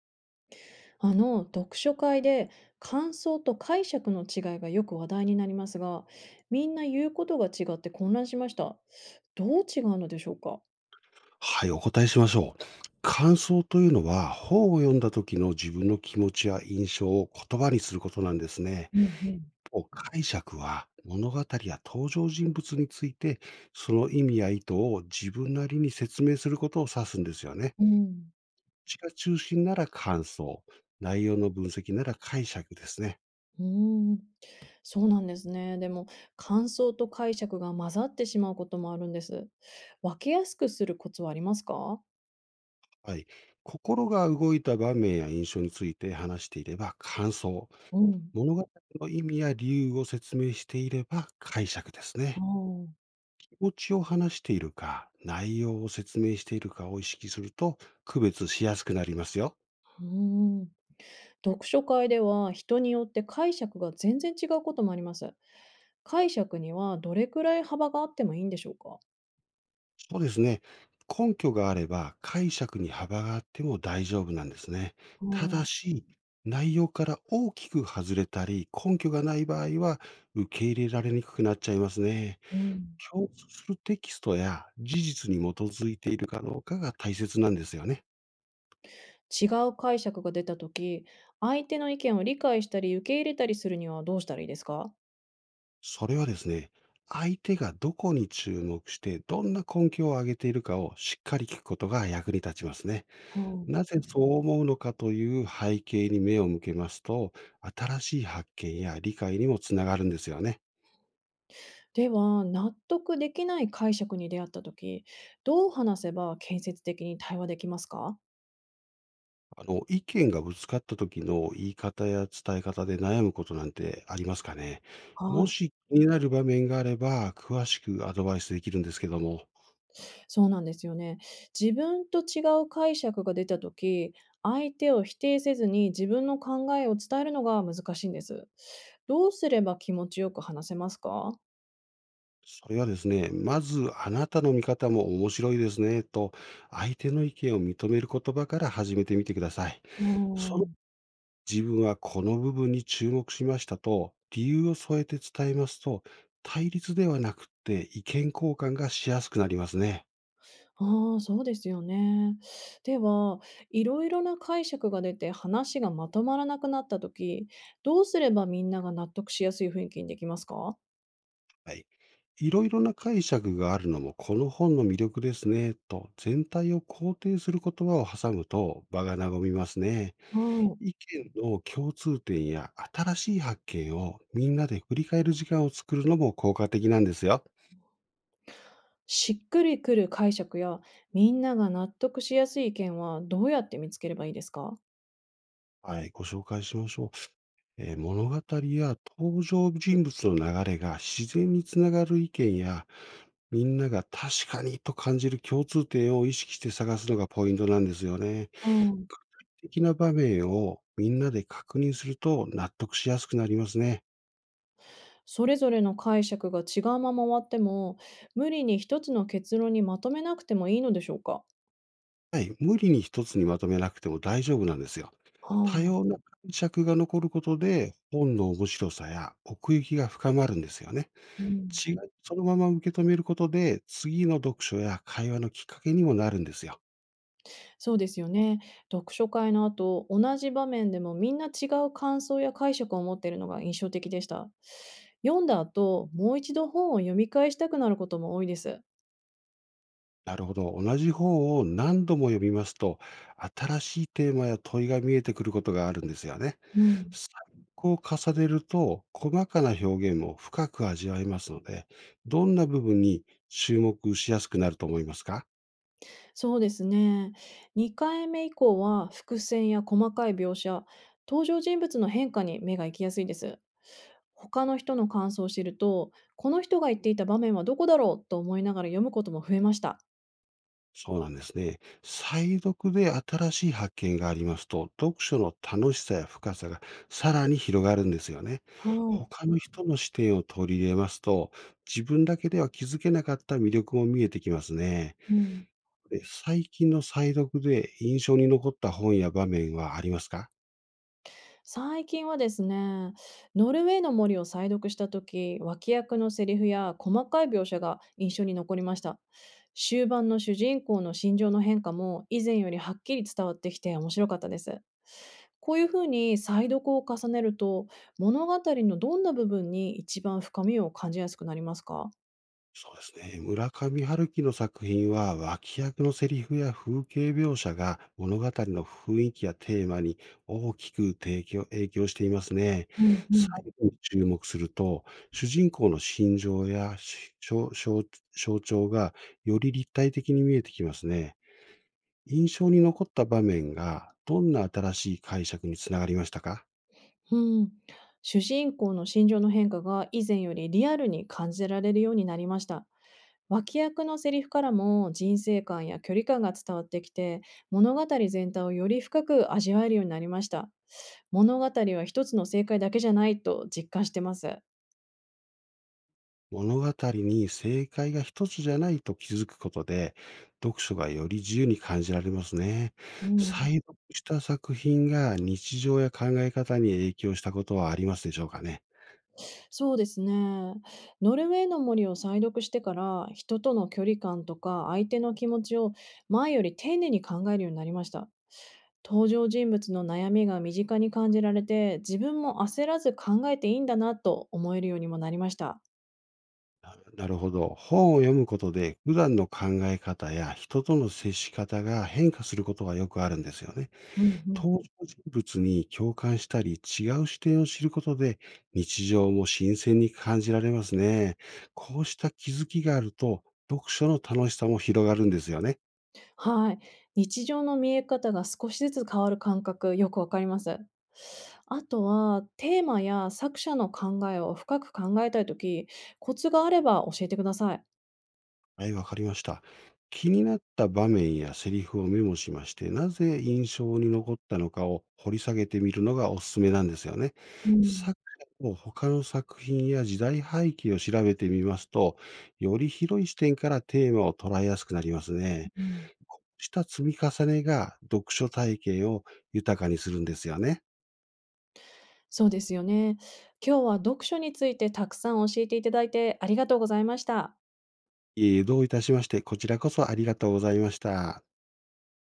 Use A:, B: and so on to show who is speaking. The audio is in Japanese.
A: あの読書会で感想と解釈の違いがよく話題になりますが、みんな言うことが違って混乱しました。どう違うのでしょうか？
B: はい、お答えしましょう。感想というのは、本を読んだ時の自分の気持ちや印象を言葉にすることなんですね。
A: うん
B: 一方、解釈は、物語や登場人物について、その意味や意図を自分なりに説明することを指すんですよね。
A: うん。
B: 詩が中心なら感想、内容の分析なら解釈ですね。
A: うーん、そうなんですね。でも感想と解釈が混ざってしまうこともあるんです。分けやすくするコツはありますか？
B: はい。心が動いた場面や印象について話していれば感想、
A: うん、
B: 物語の意味や理由を説明していれば解釈です
A: あ
B: ね。
A: あ。
B: お家を話しているか、内容を説明しているかを意識すると、区別しやすくなりますよ。
A: うーん、読書会では人によって解釈が全然違うこともあります。解釈にはどれくらい幅があってもいいんでしょうか？
B: そうですね。根拠があれば、解釈に幅があっても大丈夫なんですね。
A: う
B: た
A: ん
B: だし、内容から大きく外れたり、根拠がない場合は、受け入れられにくくなっちゃいますね。
A: うん。
B: 共通するテキストや事実に基づいているかどうかが大切なんですよね。
A: 違う解釈が出たとき、相手の意見を理解したり受け入れたりするにはどうしたらいいですか？
B: それはですね、相手がどこに注目して、どんな根拠を挙げているかをしっかり聞くことが役に立ちますね。
A: おー。
B: なぜそう思うのかという背景に目を向けますと、新しい発見や理解にもつながるんですよね。
A: では、納得できない解釈に出会ったとき、どう話せば建設的に対話できますか？
B: 意見がぶつかった時の言い方や伝え方で悩むことなんてありますかね？
A: は
B: も
A: い。
B: し気になる場面があれば、詳しくアドバイスできるんですけども。
A: そうなんですよね。自分と違う解釈が出た時、相手を否定せずに自分の考えを伝えるのが難しいんです。どうすれば気持ちよく話せますか？
B: それはですね、まずあなたの見方も面白いですねと、相手の意見を認める言葉から始めてみてください。
A: う
B: その、
A: ーん。
B: 自分はこの部分に注目しましたと、理由を添えて伝えますと、対立ではなくって意見交換がしやすくなりますね。
A: ああ、そうですよね。では、いろいろな解釈が出て話がまとまらなくなった時、どうすればみんなが納得しやすい雰囲気にできますか？
B: はい。いろいろな解釈があるのもこの本の魅力ですねと、全体を肯定する言葉を挟むと場が和みますね。
A: うん。
B: 意見の共通点や新しい発見をみんなで振り返る時間を作るのも効果的なんですよ。
A: しっくりくる解釈やみんなが納得しやすい意見はどうやって見つければいいですか？
B: はい、ご紹介しましょう。物語や登場人物の流れが自然につながる意見や、みんなが確かにと感じる共通点を意識して探すのがポイントなんですよね。具体的な場面をみんなで確認すると納得しやすくなりますね。
A: それぞれの解釈が違うまま終わっても、無理に一つの結論にまとめなくてもいいのでしょうか？
B: はい、無理に一つにまとめなくても大丈夫なんですよ。
A: は
B: 多様
A: あ。
B: な解釈が残ることで、本の面白さや奥行きが深まるんですよね。
A: うん、
B: 違いをそのまま受け止めることで、次の読書や会話のきっかけにもなるんですよ。
A: そうですよね。読書会の後、同じ場面でもみんな違う感想や解釈を持っているのが印象的でした。読んだ後、もう一度本を読み返したくなることも多いです。
B: なるほど。同じ本を何度も読みますと、新しいテーマや問いが見えてくることがあるんですよね。
A: うん。
B: 細工を重ねると、細かな表現も深く味わえますので、どんな部分に注目しやすくなると思いますか？
A: そうですね。2回目以降は伏線や細かい描写、登場人物の変化に目が行きやすいです。他の人の感想を知ると、この人が言っていた場面はどこだろうと思いながら読むことも増えました。
B: そうなんですね。再読で新しい発見がありますと、読書の楽しさや深さがさらに広がるんですよね。
A: はい。
B: 他の人の視点を取り入れますと、自分だけでは気づけなかった魅力も見えてきますね。
A: うん。
B: で、最近の再読で印象に残った本や場面はありますか？
A: 最近はですね、ノルウェーの森を再読した時、脇役のセリフや細かい描写が印象に残りました。終盤の主人公の心情の変化も以前よりはっきり伝わってきて面白かったです。こういうふうに再読を重ねると、物語のどんな部分に一番深みを感じやすくなりますか？
B: そうですね。村上春樹の作品は、脇役のセリフや風景描写が物語の雰囲気やテーマに大きく提供影響していますね。
A: うんう
B: は
A: ん
B: い。部に注目すると、主人公の心情やし象象象徴がより立体的に見えてきますね。印象に残った場面が、どんな新しい解釈につながりましたか？
A: うん、主人公の心情の変化が以前よりリアルに感じられるようになりました。脇役のセリフからも人生観や距離感が伝わってきて物語全体をより深く味わえるようになりました。物語は一つの正解だけじゃないと実感してます。
B: 物語に正解が一つじゃないと気づくことで、読書がより自由に感じられますね。
A: うん。
B: 再読した作品が日常や考え方に影響したことはありますでしょうかね。
A: そうですね。ノルウェーの森を再読してから、人との距離感とか相手の気持ちを前より丁寧に考えるようになりました。登場人物の悩みが身近に感じられて、自分も焦らず考えていいんだなと思えるようにもなりました。
B: なるほど。本を読むことで、普段の考え方や人との接し方が変化することがよくあるんですよね。
A: うんうん。
B: 登場人物に共感したり、違う視点を知ることで、日常も新鮮に感じられますね。こうした気づきがあると、読書の楽しさも広がるんですよね。
A: はい。日常の見え方が少しずつ変わる感覚、よくわかります。あとは、テーマや作者の考えを深く考えたいとき、コツがあれば教えてください。
B: はい、わかりました。気になった場面やセリフをメモしまして、なぜ印象に残ったのかを掘り下げてみるのがおすすめなんですよね。
A: うん
B: 作者の他の作品や時代背景を調べてみますと、より広い視点からテーマを捉えやすくなりますね。
A: うん、
B: こうした積み重ねが読書体験を豊かにするんですよね。
A: そうですよね。今日は読書についてたくさん教えていただいてありがとうございました。
B: いえいえ、どういたしまして、こちらこそありがとうございました。